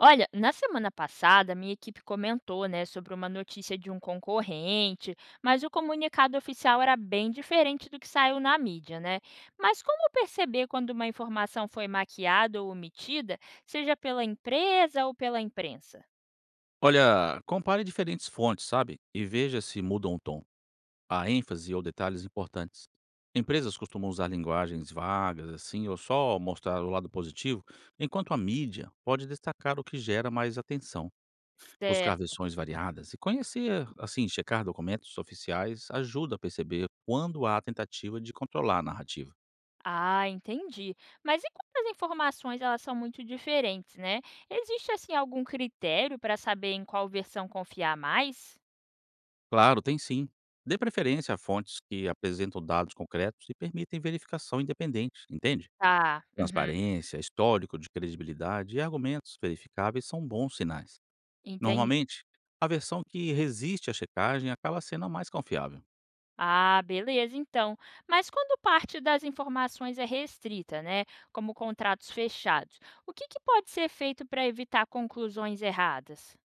Olha, na semana passada, minha equipe comentou, né, sobre uma notícia de um concorrente, mas o comunicado oficial era bem diferente do que saiu na mídia, né? Mas como perceber quando uma informação foi maquiada ou omitida, seja pela empresa ou pela imprensa? Olha, compare diferentes fontes, sabe? E veja se mudam o tom, a ênfase ou detalhes importantes. Empresas costumam usar linguagens vagas, assim, ou só mostrar o lado positivo, enquanto a mídia pode destacar o que gera mais atenção. Buscar Certo. versões variadas e conhecer, assim, checar documentos oficiais ajuda a perceber quando há tentativa de controlar a narrativa. Ah, entendi. Mas e quando as informações elas são muito diferentes, né? Existe assim algum critério para saber em qual versão confiar mais? Claro, tem sim. Dê preferência a fontes que apresentam dados concretos e permitem verificação independente, entende? Tá. Uhum. Transparência, histórico de credibilidade e argumentos verificáveis são bons sinais. Entendi. Normalmente, a versão que resiste à checagem acaba sendo a mais confiável. Ah, beleza, então. Mas quando parte das informações é restrita, né, como contratos fechados, o que que pode ser feito para evitar conclusões erradas?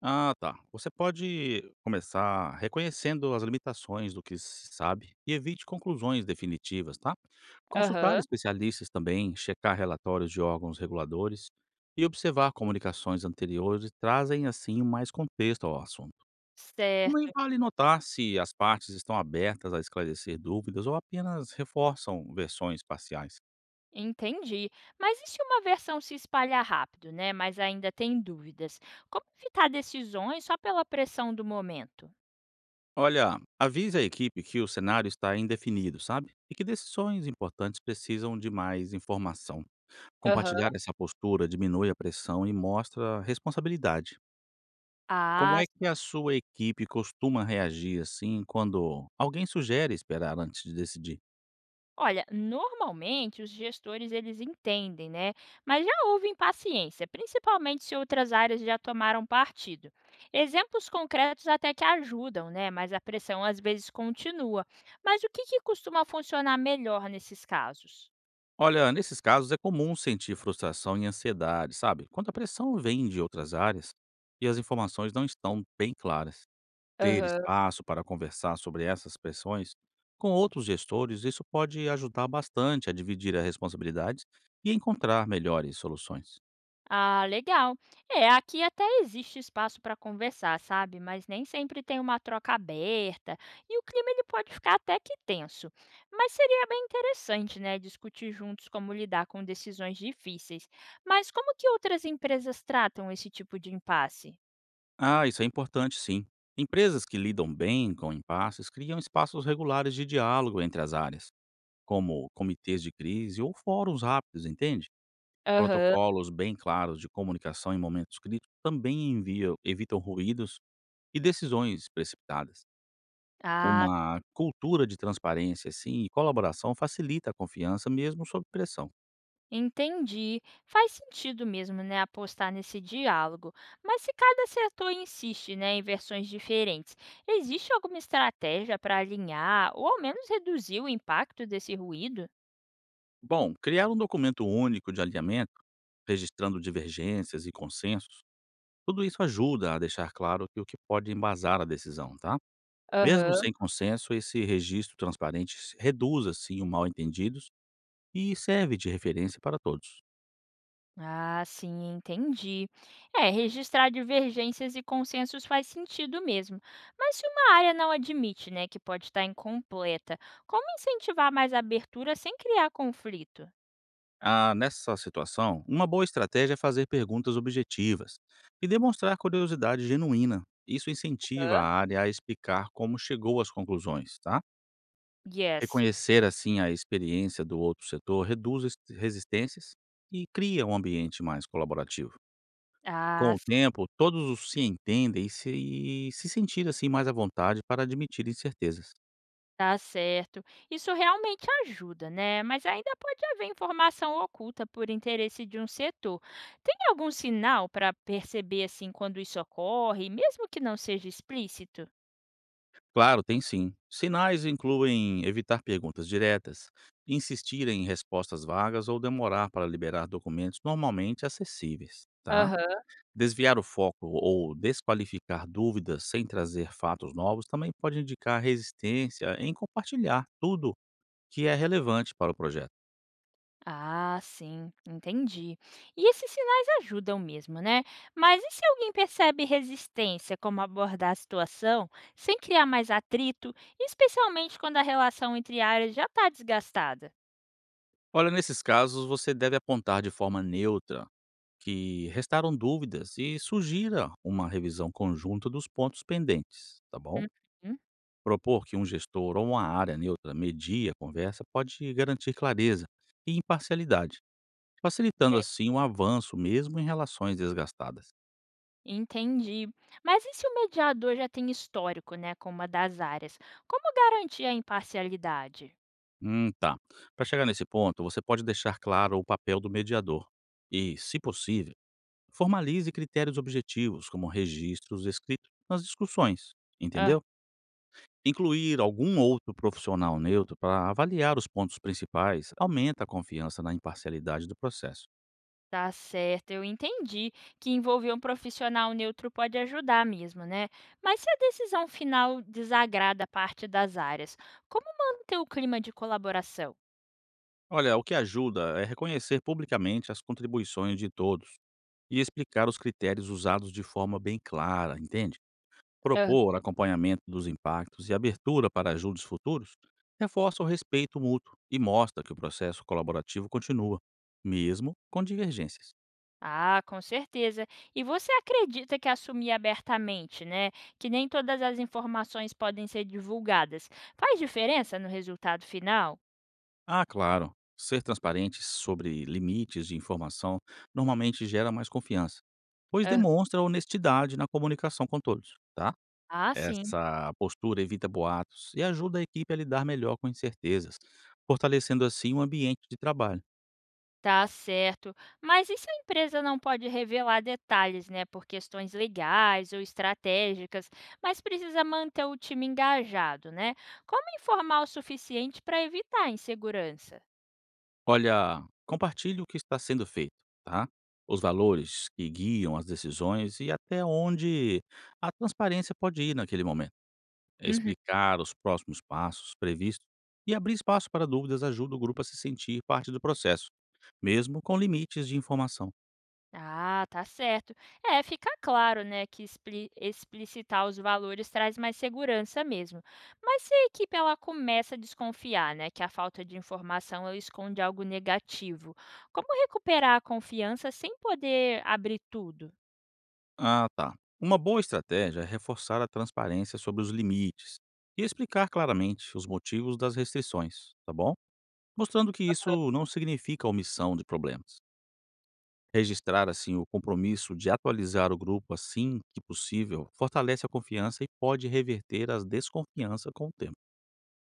Ah, tá. Você pode começar reconhecendo as limitações do que se sabe e evite conclusões definitivas, tá? Consultar Aham, especialistas também, checar relatórios de órgãos reguladores e observar comunicações anteriores trazem assim mais contexto ao assunto. Também certo, vale notar se as partes estão abertas a esclarecer dúvidas ou apenas reforçam versões parciais. entendi. Mas e se uma versão se espalhar rápido, né, mas ainda tem dúvidas? Como evitar decisões só pela pressão do momento? Olha, avise a equipe que o cenário está indefinido, sabe? E que decisões importantes precisam de mais informação. Aham. Compartilhar essa postura diminui a pressão e mostra responsabilidade. Como Ah, é que a sua equipe costuma reagir assim quando alguém sugere esperar antes de decidir? olha, normalmente os gestores eles entendem, né? Mas já houve impaciência, principalmente se outras áreas já tomaram partido. Exemplos concretos até que ajudam, né? Mas a pressão às vezes continua. Mas o que que costuma funcionar melhor nesses casos? Olha, nesses casos é comum sentir frustração e ansiedade, sabe? Quando a pressão vem de outras áreas e as informações não estão bem claras. Ter Aham. espaço para conversar sobre essas pressões com outros gestores, isso pode ajudar bastante a dividir as responsabilidades e encontrar melhores soluções. Ah, legal. É, aqui até existe espaço para conversar, sabe? Mas nem sempre tem uma troca aberta e o clima ele pode ficar até que tenso. Mas seria bem interessante, né, discutir juntos como lidar com decisões difíceis. Mas como que outras empresas tratam esse tipo de impasse? Ah, isso é importante sim. Empresas que lidam bem com impasses criam espaços regulares de diálogo entre as áreas, como comitês de crise ou fóruns rápidos, entende? Aham. Protocolos bem claros de comunicação em momentos críticos também enviam evitam ruídos e decisões precipitadas. Ah, Uma cultura de transparência, assim, e colaboração facilita a confiança mesmo sob pressão. entendi. Faz sentido mesmo, né, apostar nesse diálogo. Mas se cada setor insiste, né, em versões diferentes, existe alguma estratégia para alinhar ou ao menos reduzir o impacto desse ruído? Bom, criar um documento único de alinhamento, registrando divergências e consensos, tudo isso ajuda a deixar claro que o que pode embasar a decisão, tá? Mesmo Aham. sem consenso, esse registro transparente reduz, assim, o mal-entendidos e serve de referência para todos. Ah, sim, entendi. É, registrar divergências e consensos faz sentido mesmo. Mas se uma área não admite, né, que pode estar incompleta, como incentivar mais abertura sem criar conflito? Ah, nessa situação, uma boa estratégia é fazer perguntas objetivas e demonstrar curiosidade genuína. Isso incentiva Hã? a área a explicar como chegou às conclusões, tá? Yes. Reconhecer assim a experiência do outro setor reduz resistências e cria um ambiente mais colaborativo. Com Ah, o tempo, todos os se entendem e se sentir assim mais à vontade para admitir incertezas. tá certo. Isso realmente ajuda, né? Mas ainda pode haver informação oculta por interesse de um setor. Tem algum sinal para perceber assim quando isso ocorre, mesmo que não seja explícito? Claro, tem sim. Sinais incluem evitar perguntas diretas, insistir em respostas vagas ou demorar para liberar documentos normalmente acessíveis, tá? Aham. Desviar o foco ou desqualificar dúvidas sem trazer fatos novos também pode indicar resistência em compartilhar tudo que é relevante para o projeto. Ah, sim, entendi. E esses sinais ajudam mesmo, né? Mas e se alguém percebe resistência, como abordar a situação, sem criar mais atrito, especialmente quando a relação entre áreas já está desgastada? Olha, nesses casos, você deve apontar de forma neutra que restaram dúvidas e sugira uma revisão conjunta dos pontos pendentes, tá bom? Uhum. Propor que um gestor ou uma área neutra medie a conversa pode garantir clareza e imparcialidade, facilitando assim o avanço mesmo em relações desgastadas. Entendi. Mas e se o mediador já tem histórico, né, com uma das áreas? Como garantir a imparcialidade? Tá. Para chegar nesse ponto, você pode deixar claro o papel do mediador e, se possível, formalize critérios objetivos, como registros escritos nas discussões, Ah, entendeu? Incluir algum outro profissional neutro para avaliar os pontos principais aumenta a confiança na imparcialidade do processo. tá certo, eu entendi que envolver um profissional neutro pode ajudar mesmo, né? Mas se a decisão final desagrada a parte das áreas, como manter o clima de colaboração? Olha, o que ajuda é reconhecer publicamente as contribuições de todos e explicar os critérios usados de forma bem clara, entende? Ah, Propor acompanhamento dos impactos e abertura para ajudos futuros reforça o respeito mútuo e mostra que o processo colaborativo continua, mesmo com divergências. ah, com certeza. E você acredita que assumir abertamente, né, que nem todas as informações podem ser divulgadas, faz diferença no resultado final? Ah, claro, ser transparente sobre limites de informação normalmente gera mais confiança, pois Ah, demonstra honestidade na comunicação com todos, tá? ah, sim, Essa postura evita boatos e ajuda a equipe a lidar melhor com incertezas, fortalecendo assim o ambiente de trabalho. tá certo. Mas e se a empresa não pode revelar detalhes, né, por questões legais ou estratégicas, mas precisa manter o time engajado, né? Como informar o suficiente para evitar a insegurança? Olha, compartilhe o que está sendo feito, tá? Os valores que guiam as decisões e até onde a transparência pode ir naquele momento. Explicar os próximos passos previstos e abrir espaço para dúvidas ajuda o grupo a se sentir parte do processo, mesmo com limites de informação. Ah, tá certo. É, fica claro, né, que explicitar os valores traz mais segurança mesmo. Mas se a equipe ela começa a desconfiar, né, que a falta de informação ela esconde algo negativo, como recuperar a confiança sem poder abrir tudo? Ah, tá. Uma boa estratégia é reforçar a transparência sobre os limites e explicar claramente os motivos das restrições, tá bom? Mostrando que isso não significa omissão de problemas. Registrar, assim, o compromisso de atualizar o grupo assim que possível fortalece a confiança e pode reverter as desconfianças com o tempo.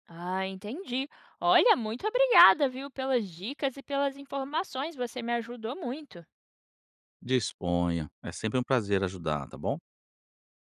Ah, entendi. Olha, muito obrigada, viu, pelas dicas e pelas informações. Você me ajudou muito. Disponha. É sempre um prazer ajudar, tá bom?